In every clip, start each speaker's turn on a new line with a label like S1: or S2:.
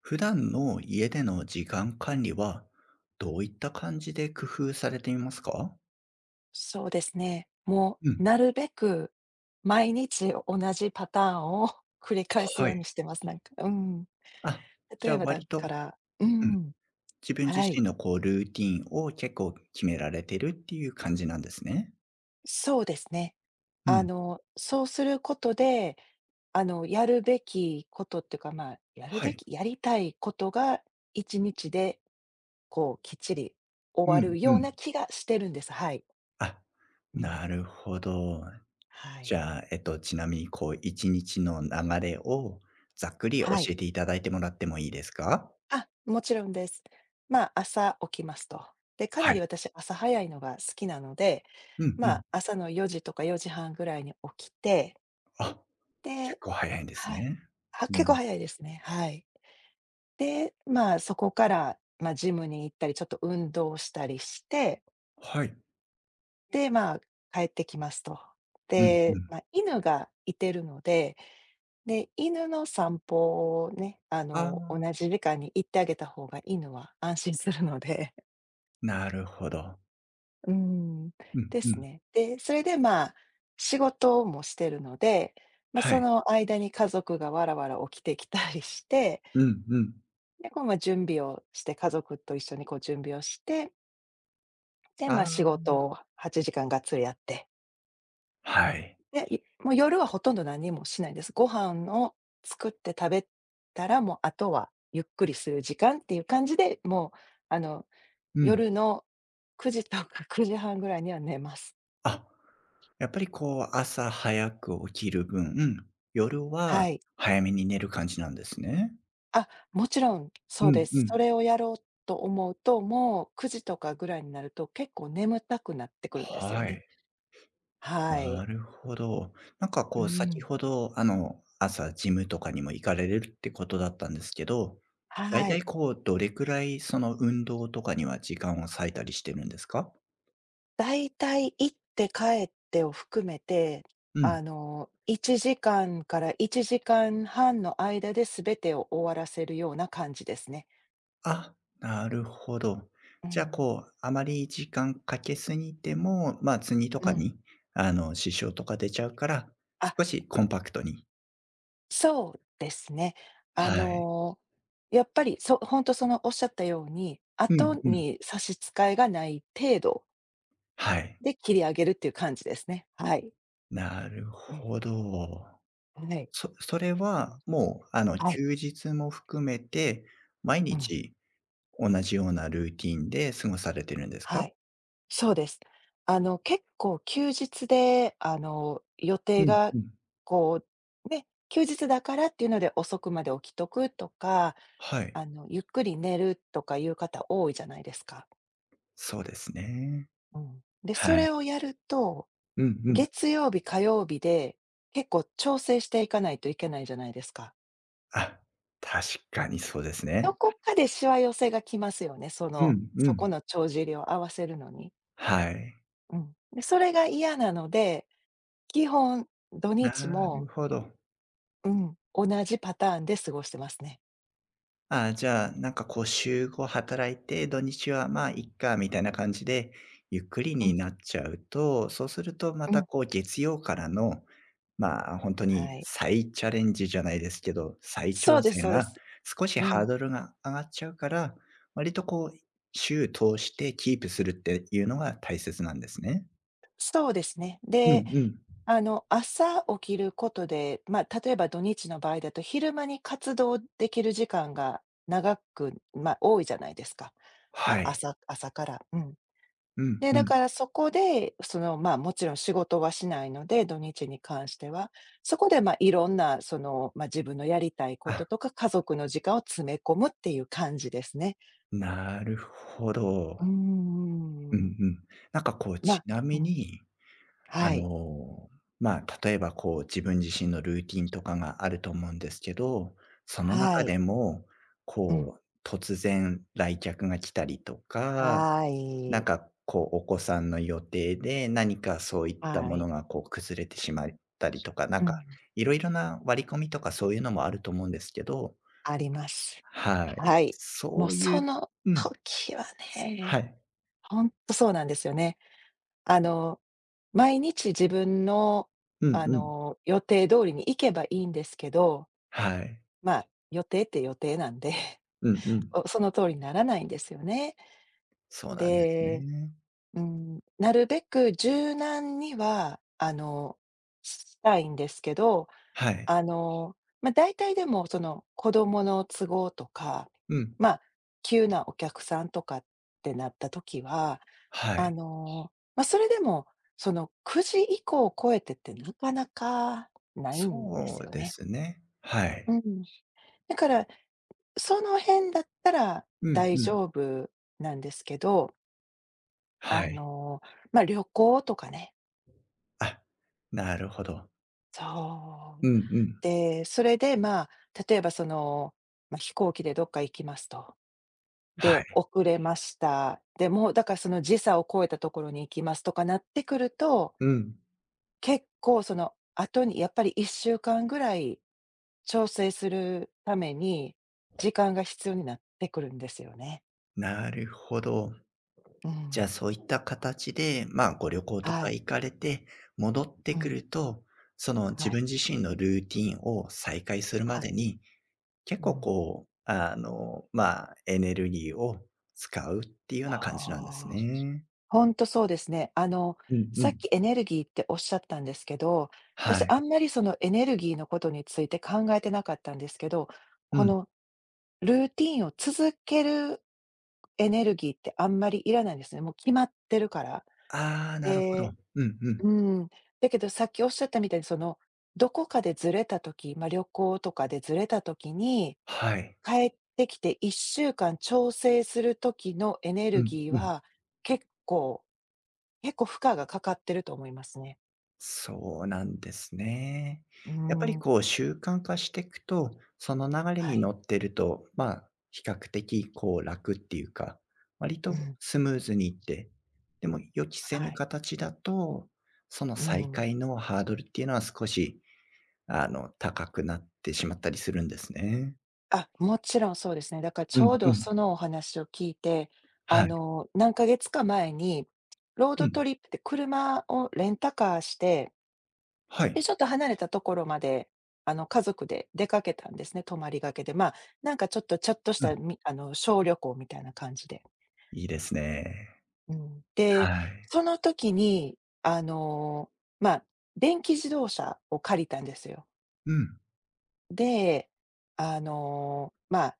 S1: 普段の家での時間管理は、どういった感じで工夫されていますか？
S2: そうですね。も
S1: う
S2: う、
S1: ん。
S2: なるべく毎日同じパターンを 繰り返す
S1: は
S2: よう
S1: い。
S2: にしてます、なんか。うん。
S1: あ、じ
S2: 例
S1: ゃ
S2: え
S1: あ
S2: ばだ
S1: 割
S2: か
S1: と、
S2: ら、う
S1: うん、
S2: ん、
S1: 自分自
S2: は
S1: 身
S2: い。
S1: のこうルーティンを結構決められてるっていう感じなんですね。
S2: そうですね。
S1: うん。
S2: そうすることで、やるべきことっていうか、まあ、やる
S1: は
S2: べ
S1: い。
S2: きやりたいことが1日で、こう、きっちり終
S1: う
S2: わ
S1: ん
S2: る
S1: う
S2: よう
S1: ん。
S2: な気がしてるんです。はい。
S1: あ、
S2: うん。
S1: なるほど。
S2: は
S1: じ
S2: い。
S1: ゃあ、ちなみにこう1日の流れをざっくり教
S2: はい。
S1: えていただいてもらってもいいですか？
S2: あ、もちろんです。まあ、朝起きますと。で、かな
S1: は
S2: り
S1: い。
S2: 私朝早いのが好きなので、
S1: うんう
S2: ま
S1: ん。
S2: あ、朝の4時とか4時半ぐらいに起きて、
S1: あ、結
S2: で、
S1: 構早いんです
S2: はい。
S1: ね。う
S2: 結構
S1: ん。
S2: 早いですね、はい。で、まあ、そこから、まあ、ジムに行ったり、ちょっと運動したりして、
S1: はい。
S2: で、まあ、帰ってきますと。
S1: うんう
S2: で、ま
S1: ん。
S2: あ、犬がいてるので、で、犬の散歩をね、
S1: あ
S2: 同
S1: あ、
S2: じ時間に行ってあげた方が犬は安心するので。
S1: なるほど。
S2: うーん、
S1: うん
S2: で
S1: う
S2: す
S1: ん。
S2: ね。で、それで、まあ、仕事もしてるので、ま、
S1: は
S2: そ
S1: い。
S2: の間に家族がわらわら起きてきたりして、
S1: うんうん。
S2: で、こう、ま、準備をして、家族と一緒にこう準備をして、で、ま、
S1: あ
S2: 仕
S1: あ、
S2: 事を8時間がっつりやって、
S1: はい。
S2: で、もう夜はほとんど何にもしないんです。ご飯を作って食べたら、もうあとはゆっくりする時間っていう感じで、もう、あの、
S1: うん。
S2: 夜の9時とか9時半ぐらいには寝ます。
S1: あ、やっぱりこう朝早く起きる分、うん、夜は
S2: はい。
S1: 早めに寝る感じなんですね。
S2: あ、もちろん、
S1: う
S2: そうで
S1: んう
S2: す。そ
S1: ん。
S2: れをやろうと思うと、もう9時とかぐらいになると、結構眠たくなってくるんですよ
S1: は
S2: ね。
S1: い。
S2: はい。
S1: なるほど。なんか
S2: う
S1: こう先
S2: ん。
S1: ほど、あの、朝ジムとかにも行かれるってことだったんですけど、だい
S2: は
S1: たい
S2: い。
S1: こうどれくらいその運動とかには時間を割いたりしてるんですか？
S2: だいたい行って帰ってを含めて、
S1: うん。
S2: 1時間から1時間半の間で全てを終わらせるような感じですね。
S1: あ、なるほど。
S2: う
S1: じゃあ、
S2: ん。
S1: こう、あまり時間かけすぎても、まあ、図にと
S2: う
S1: か
S2: ん。
S1: に、あの、支障とか出ちゃうから、
S2: あ、
S1: 少しコンパクトに。
S2: そうですね。あ
S1: はい。
S2: の、やっぱり、そほんそのおっしゃったように、
S1: う
S2: 後
S1: んうん。
S2: に差し支えがない程度
S1: はい。
S2: で切り上げるっていう感じですね。はい。
S1: なる
S2: うん、
S1: ほど。
S2: はい。
S1: それ
S2: うん、
S1: はもう、あの、
S2: はい。
S1: 休日も含めて、毎
S2: うん、
S1: 日同じようなルーティンで過ごされてるんです
S2: は
S1: か？
S2: い。そうです。結構休日で、予定
S1: うん
S2: が
S1: うん。
S2: こう、ね、休日だからっていうので遅くまで起きとくとか、
S1: はい。
S2: ゆっくり寝るとかいう方多いじゃないですか。
S1: そうですね。
S2: うん。で、そ
S1: はい。
S2: れをやると
S1: うんうん。
S2: 月曜日、火曜日で、結構調整していかないといけないじゃないですか。
S1: あ、確かにそうです
S2: ど
S1: ね。
S2: こかでしわ寄せがきますよね、
S1: うんう
S2: そこ
S1: ん。
S2: の帳尻を合わせるのに。
S1: はい。
S2: うん。で、それが嫌なので、基本土日
S1: なる
S2: も、
S1: ほど。
S2: うん、同じパターンで過ごしてますね。
S1: あじゃあ、なんかこう週5働いて、土日はまあいっかみたいな感じで、ゆっくり
S2: うん、
S1: になっちゃうと、そうするとま
S2: う
S1: た
S2: ん、
S1: こう月曜からの、まあ、本当に
S2: はい。
S1: 再チャレンジじゃないですけど、再
S2: そ
S1: 挑
S2: うです
S1: 戦
S2: そうで
S1: が
S2: す。
S1: 少し
S2: う
S1: ハ
S2: ん、
S1: ードルが上がっちゃうから、割とこう週通してキープするっていうのが大切なんですね。
S2: そうですね。
S1: う
S2: で、
S1: んうん。
S2: 朝起きることで、まあ、例えば土日の場合だと、昼間に活動できる時間が長く、まあ、多いじゃないですか。ま
S1: は
S2: あ、
S1: い。
S2: 朝から。うん。
S1: うん
S2: で、
S1: う
S2: だ
S1: ん。
S2: からそこで、まあ、もちろん仕事はしないので、土日に関しては。そこで、まあ、いろんな、まあ、自分のやりたいこ
S1: あ、
S2: ととか、家族の時間を詰め込むっていう感じですね。
S1: なるほ
S2: うー
S1: ど。うん
S2: ん。
S1: うん。なんかこう、
S2: ま
S1: ち
S2: あ、
S1: な
S2: う
S1: み
S2: ん、
S1: に、あ
S2: はい。
S1: の、まあ、例えばこう、自分自身のルーティンとかがあると思うんですけど、その
S2: は
S1: 中
S2: い。
S1: でも、
S2: うん。
S1: こう、突然来客が来たりとか、
S2: は
S1: なん
S2: い。
S1: かこう、お子さんの予定で何かそういった
S2: は
S1: も
S2: い。
S1: のがこう、崩れてしまったりとか、な
S2: う
S1: んか
S2: ん。
S1: いろいろな割り込みとかそういうのもあると思うんですけど、
S2: あります。
S1: はい。
S2: はい。も
S1: そ
S2: う
S1: うい
S2: そ
S1: う
S2: の
S1: うん、
S2: 時はね、
S1: はい。
S2: ほんとそうなんですよね。あの、毎日自分の、
S1: うんうん。
S2: 予定通りに行けばいいんですけど、
S1: はい。
S2: まあ、予定って予定なんで、
S1: うんう ん。
S2: その通りにならないんですよね。
S1: そうなんです
S2: で、
S1: ね。
S2: うん、なるべく柔軟には、したいんですけど、
S1: はい。
S2: まあ、大体でもその子供の都合とか、
S1: うん。
S2: まあ、急なお客さんとかってなった時は、
S1: はい。
S2: まあ、それでもその9時以降を超えてってなかなかないんで
S1: そ
S2: す
S1: う
S2: よ
S1: で
S2: ね。
S1: すね。は
S2: う
S1: い。
S2: ん。だから、その辺だったら
S1: うん
S2: 大
S1: うん。
S2: 丈夫なんですけど、
S1: は
S2: あ
S1: い。
S2: の、まあ、旅行とかね、
S1: あ、なるほど。
S2: そう。
S1: うんうん。
S2: で、それで、まあ、例えばまあ、飛行機でどっか行きますと。
S1: は
S2: で、
S1: い。
S2: 遅れました。で、もうだからその時差を超えたところに行きますとかなってくると、
S1: うん。
S2: 結構その後にやっぱり1週間ぐらい調整するために、時間が必要になってくるんですよね。
S1: なるほど。
S2: う
S1: じゃあ、
S2: ん。
S1: そういった形で、まあ、ご旅行と
S2: は
S1: か
S2: い。
S1: 行かれて、戻って
S2: う
S1: く
S2: ん。
S1: ると、その
S2: は
S1: 自
S2: い。
S1: 分自身のルーティンを再開するま
S2: は
S1: で
S2: い。
S1: に、結
S2: う
S1: 構
S2: ん。
S1: こう、あの、まあ、エネルギーを使うっていうような感じなんです
S2: ああ。
S1: ね。
S2: ほんとそうですね。
S1: うんう
S2: さっ
S1: ん。
S2: きエネルギーっておっしゃったんですけど、
S1: は
S2: 私
S1: い。
S2: あんまりそのエネルギーのことについて考えてなかったんですけど、
S1: う
S2: こ
S1: ん。
S2: のルーティンを続けるエネルギーってあんまりいらないんですね。もう決まってるから。
S1: ああ、なるほど。
S2: で、
S1: うんうん。
S2: うん。だけどさっきおっしゃったみたいにどこかでずれたとき、まあ、旅行とかでずれたときに、
S1: はい。
S2: 帰ってきて1週間調整する時のエネ
S1: う
S2: ル
S1: ん
S2: ギー
S1: うん。
S2: は、結構結構負荷がかかってると思いますね。
S1: そうなんですね。
S2: うー
S1: やっぱり
S2: ん。
S1: こう習慣化していくと、その流れ
S2: は
S1: に
S2: い。
S1: 乗ってると、まあ、比較的こう楽っていうか、割
S2: う
S1: と
S2: ん。
S1: スムーズにいって、でも予期せ
S2: は
S1: ぬ
S2: い。
S1: 形だと、その
S2: う
S1: 再
S2: ん。
S1: 開のハードルっていうのは少し、あの、高くなってしまったりするんですね。
S2: あ、もちろんそうですね。だからち
S1: う
S2: ょ
S1: ん
S2: う
S1: う
S2: ど
S1: ん。
S2: そのお話を聞いて、
S1: はい。
S2: 何ヶ月か前に、ロー
S1: う
S2: ド
S1: ん。
S2: トリップって車をレンタカーして、
S1: は
S2: で、
S1: い。
S2: ちょっと離れたところまで、家族で出かけたんですね、泊まりがけで。まあ、なんかちょっとし
S1: う
S2: た、
S1: ん。
S2: みあの、小旅行みたいな感じで。
S1: いいですね。
S2: うん。で、
S1: はい。
S2: その時に、あの、まあ、電気自動車を借りたんですよ。
S1: うん。
S2: で、まあ、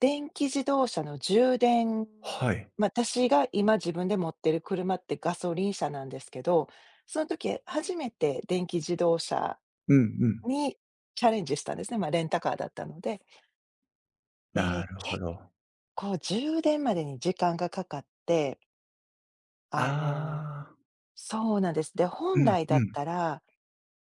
S2: 電気自動車の充電、
S1: はい。
S2: まあ、私が今自分で持ってる車ってガソリン車なんですけど、その時初めて電気自動車
S1: うんうん。
S2: にチャレンジしたんですね。まあ、レンタカーだったので。で、
S1: なるほ
S2: 結
S1: ど。
S2: 構充電までに時間がかかって、あのー
S1: ああ、
S2: そうなんです。で、
S1: う
S2: 本
S1: ん
S2: 来だ
S1: う
S2: っ
S1: ん。
S2: たら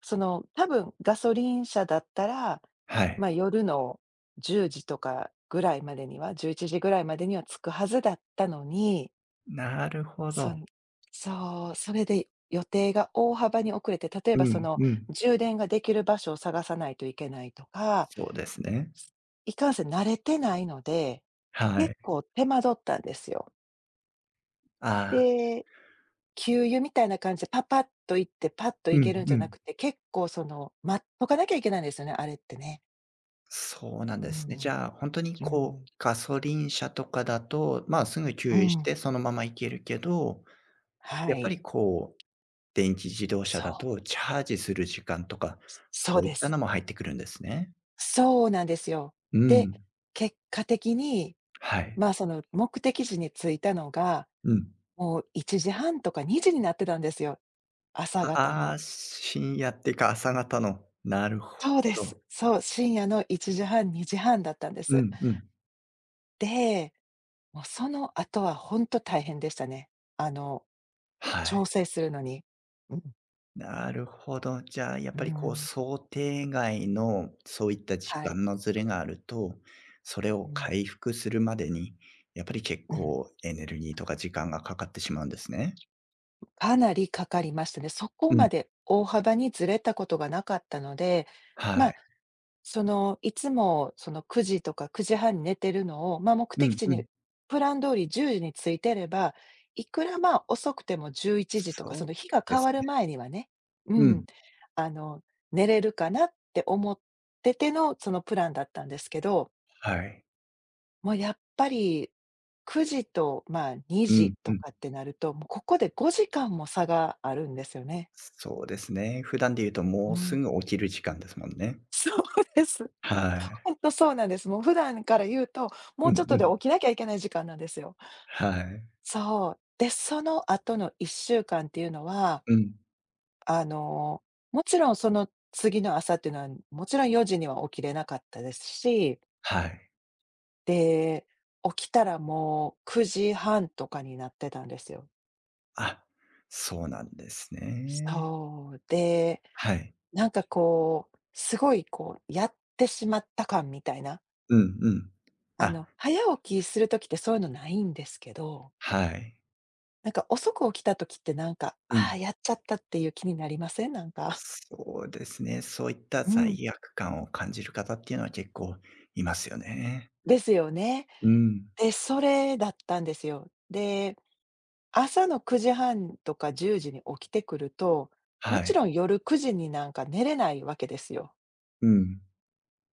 S2: 多分ガソリン車だったら、
S1: は
S2: ま
S1: い。
S2: あ、夜の10時とかぐらいまでには、11時ぐらいまでには着くはずだったのに、
S1: なるほ
S2: そ
S1: ど。
S2: んそう、それで予定が大幅に遅れて、例えば
S1: うんうん。
S2: 充電ができる場所を探さないといけないとか、
S1: そうですね。
S2: いかんせん慣れてないので、
S1: は
S2: 結
S1: い。
S2: 構手間取ったんですよ。
S1: ああ、
S2: で、給油みたいな感じでパパッと行って、パッと
S1: う
S2: 行け
S1: ん
S2: るんじ
S1: う
S2: ゃな
S1: ん。
S2: くて、結構待っとかなきゃいけないんですよね、あれってね。
S1: そうなん
S2: う
S1: ですね。じ
S2: ん、
S1: ゃあ、ほんとに
S2: う
S1: こ
S2: ん、
S1: う、ガソリン車とかだと、まあ、すぐ給
S2: う
S1: 油し
S2: ん、
S1: てそのまま行けるけど、
S2: は
S1: やっぱ
S2: い。
S1: りこう、電気自動車
S2: そ
S1: だと
S2: う、
S1: チャージする時間とか、
S2: そ
S1: そ
S2: う
S1: うい
S2: で
S1: った
S2: す。
S1: のも入ってくるんですね。
S2: そうなんですよ。
S1: う
S2: で、
S1: ん。
S2: 結果的に、
S1: はい。
S2: まあ、その目的地に着いたのが、
S1: うん。
S2: もう1時半とか2時になってたんですよ、朝方
S1: あ
S2: の。
S1: あ、深夜っていうか、朝方の。なるほ
S2: そうです。
S1: ど。
S2: そう、深夜の1時半、2時半だったんで
S1: う
S2: す。
S1: んうん。
S2: で、もうその後は本当大変でしたね。あの、
S1: は
S2: 調
S1: い。
S2: 整するのに。うん、
S1: なるほど。じゃあ、やっ
S2: う
S1: ぱりこう、
S2: ん、
S1: 想定外のそういった時
S2: はい。
S1: 間のずれがあると、それ
S2: う
S1: を
S2: ん、
S1: 回復するまでに、やっぱり結
S2: うん。
S1: 構エネルギーとか時間がかかってしまうんですね。
S2: かなりかかりましたね。そこ
S1: う
S2: ま
S1: ん。
S2: で大幅にずれたことがなかったので、ま
S1: は
S2: あ、
S1: い。
S2: いつもその9時とか9時半に寝てるのを、まあ、目
S1: う
S2: 的
S1: ん
S2: 地
S1: う
S2: に
S1: ん。
S2: プラン通り10時に着いてれば、いくら、まあ、遅くても11時とか、そ
S1: そう
S2: の日が
S1: で
S2: 変
S1: す
S2: わる
S1: ね。
S2: 前にはね、う
S1: う
S2: ん、
S1: ん。
S2: あの、寝れるかなって思ってての、そのプランだったんですけど、
S1: はい。
S2: もうやっぱり9時と、まあ、2
S1: う
S2: 時
S1: んう
S2: と
S1: ん。
S2: かってなると、もうここで5時間も差があるんですよね。
S1: そうですね。普段で言うと
S2: う
S1: もうす
S2: ん、
S1: ぐ起きる時間ですもんね。
S2: そうです。
S1: は い。
S2: ほんとそうなんです。もう普段から言うと、もう
S1: う
S2: ちょ
S1: ん
S2: っと
S1: う
S2: で
S1: ん。
S2: 起きなきゃいけない時間なんですよ。
S1: はい。
S2: そう。で、その後の1週間っていうのは、
S1: うん。
S2: あの、もちろんその次の朝っていうのは、もちろん4時には起きれなかったですし、
S1: はい。
S2: で、起きたらもう9時半とかになってたんですよ。
S1: あ、そうなんですね。
S2: そう。で、
S1: はい。
S2: なんかこう、すごいこう、やってしまった感みたいな
S1: うんうん。あ、
S2: 早起きするときってそういうのないんですけど、
S1: はい。
S2: なんか遅く起きたときってなんか、
S1: う
S2: ああ、
S1: ん。
S2: やっちゃったっていう気になりません？なんか。
S1: そうですね。そういった
S2: うん。
S1: 罪悪感を感じる方っていうのは結構いますよね。
S2: ですよね。
S1: うん。
S2: で、それだったんですよ。で、朝の9時半とか10時に起きてくると、も
S1: は
S2: ちろ
S1: い。
S2: ん夜9時になんか寝れないわけですよ。
S1: うん。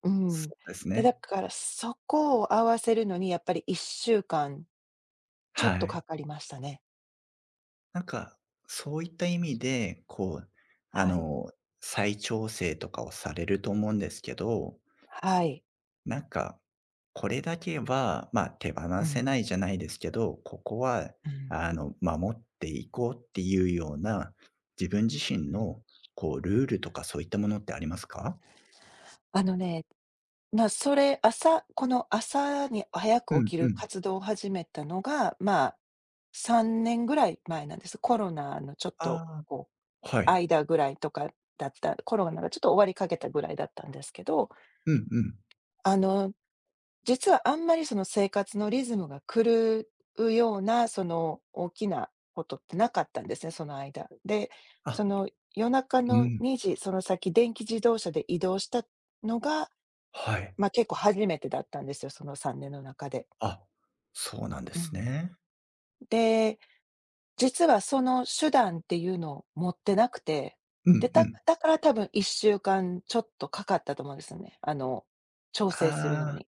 S2: うん。
S1: そうです
S2: で、だ
S1: ね。
S2: からそこを合わせるのにやっぱり1週間ちょ
S1: は
S2: っとか
S1: い。
S2: かりましたね。
S1: なんか、そういった意
S2: う
S1: 味
S2: ん。
S1: で、こう、あ
S2: はい。
S1: の、再調整とかをされると思うんですけど、
S2: はい。
S1: なんかこれだけは、まあ、手放
S2: う
S1: せ
S2: ん。
S1: ないじゃないですけど、ここは、
S2: うん。
S1: あの、守っていこうっていうような、自分自身
S2: うん。
S1: の、こう、ルールとかそういったものってありますか？
S2: あのねまあ、それ、朝この朝に早
S1: う
S2: く
S1: ん
S2: 起き
S1: う
S2: る
S1: ん。
S2: 活動を始めたのが、まあ、3年ぐらい前なんです。コロナのちょっと、
S1: ああ、
S2: こう、
S1: はい。
S2: 間ぐらいとかだったコロナがちょっと終わりかけたぐらいだったんですけど、
S1: うんうん。
S2: あの、実はあんまりその生活のリズムが狂うような、その、大きなことってなかったんですね、その間。で、
S1: あ、
S2: その、夜中
S1: う
S2: の
S1: ん、
S2: 2時、その先電気自動車で移動したのが
S1: はい。
S2: まあ、結構初めてだったんですよ、その3年の中で。
S1: あ、そうなんで
S2: う
S1: す
S2: ん。
S1: ね。
S2: で、実はその手段っていうのを持ってなくて、
S1: う
S2: で、
S1: んう
S2: だ
S1: ん。
S2: だから多分1週間ちょっとかかったと思うんですよね。あの、調整するの
S1: ああ、
S2: に。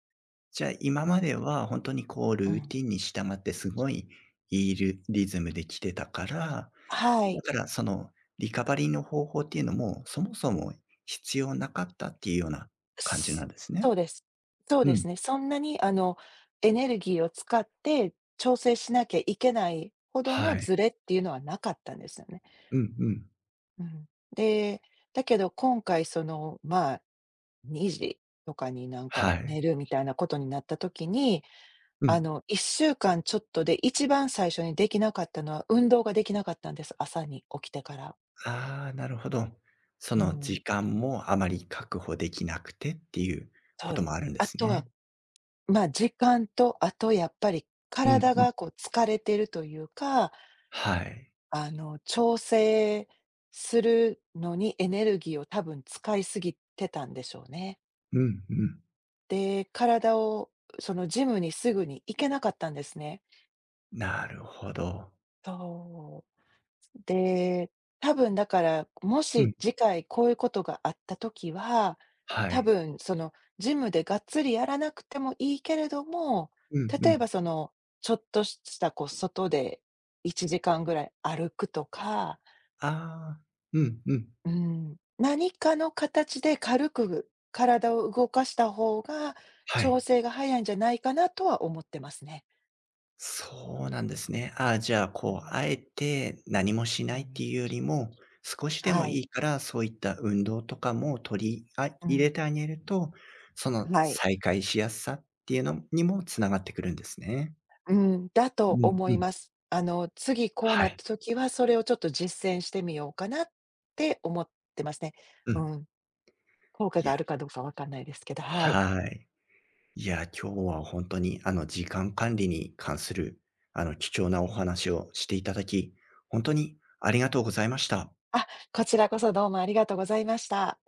S1: じゃあ、今
S2: う
S1: まで
S2: ん、
S1: は本当にこう
S2: う
S1: ルー
S2: ん。
S1: ティンに従ってすごいいいリズムで来てたから、
S2: は
S1: だ
S2: い。
S1: から、その、リカバリーの方法っていうのも、そもそも必要なかったっていうような感じな
S2: す
S1: んです
S2: そ
S1: ね。
S2: うです。そう
S1: う
S2: で
S1: ん。
S2: すね。そんなにエネルギーを使って調整しなきゃいけないほど
S1: は
S2: のズ
S1: い。
S2: レっていうのはなかったんですよね。
S1: うんうん。
S2: うん。で、だけど今回その、まあ2時とかになんか
S1: はい。
S2: 寝るみたいなことになった時に、
S1: う
S2: あ
S1: ん。
S2: の、1週間ちょっとで一番最初にできなかったのは、運動ができなかったんです。朝に起きてから。
S1: ああ、なるほど。そ
S2: う
S1: の
S2: ん。
S1: 時間もあまり確保できなくてっていう
S2: そ
S1: こと
S2: う。
S1: もあるんで
S2: あ
S1: す
S2: とは、
S1: ね。
S2: まあ、時間と、あとやっぱり
S1: うん
S2: 体
S1: うん。
S2: がこう疲れてるというか、
S1: はい。
S2: あの、調整するのにエネルギーを多分使いすぎてたんでしょうね。
S1: うんうん。
S2: で、体をそのジムにすぐに行けなかったんですね。
S1: なるほど。
S2: そう。で、多分だから、も
S1: うん。
S2: し次回こういうことがあった時は、
S1: は
S2: 多
S1: い。
S2: 分そのジムでがっつりやらなくてもいいけれども、
S1: うんう
S2: 例え
S1: ん。
S2: ばその、ちょっとしたこう外で1時間ぐらい歩くとか、
S1: ああ。うんうん。
S2: うん、何かの形で軽く体を動かした方が、
S1: は
S2: 調
S1: い。
S2: 整が早いんじゃないかなとは思ってますね。
S1: そうなんですね。ああ、じゃあ、
S2: う
S1: こう、
S2: ん、
S1: あえて何もし
S2: う
S1: ないって
S2: ん、
S1: いうよりも、少しでも
S2: はい。
S1: いいから、そういった運動とかも取りあ
S2: う
S1: 入
S2: ん、
S1: れてあげると、その
S2: はい。
S1: 再開しやすさっていうのにもつながってくるんですね。
S2: うん、だ
S1: う
S2: と
S1: ん
S2: 思
S1: う
S2: い
S1: ん。
S2: ます。あの、次こう
S1: は
S2: なっ
S1: い。
S2: た時は、それをちょっと実践してみようかなって思ってますね。
S1: う
S2: う
S1: ん。
S2: ん。効果
S1: い
S2: があ
S1: や、
S2: るかどうかわかんないですけど、はい。
S1: はい。いや、今日は本当に、あの、時間管理に関する、あの、貴重なお話をしていただき、本当にありがとうございました。
S2: あ、こちらこそどうもありがとうございました。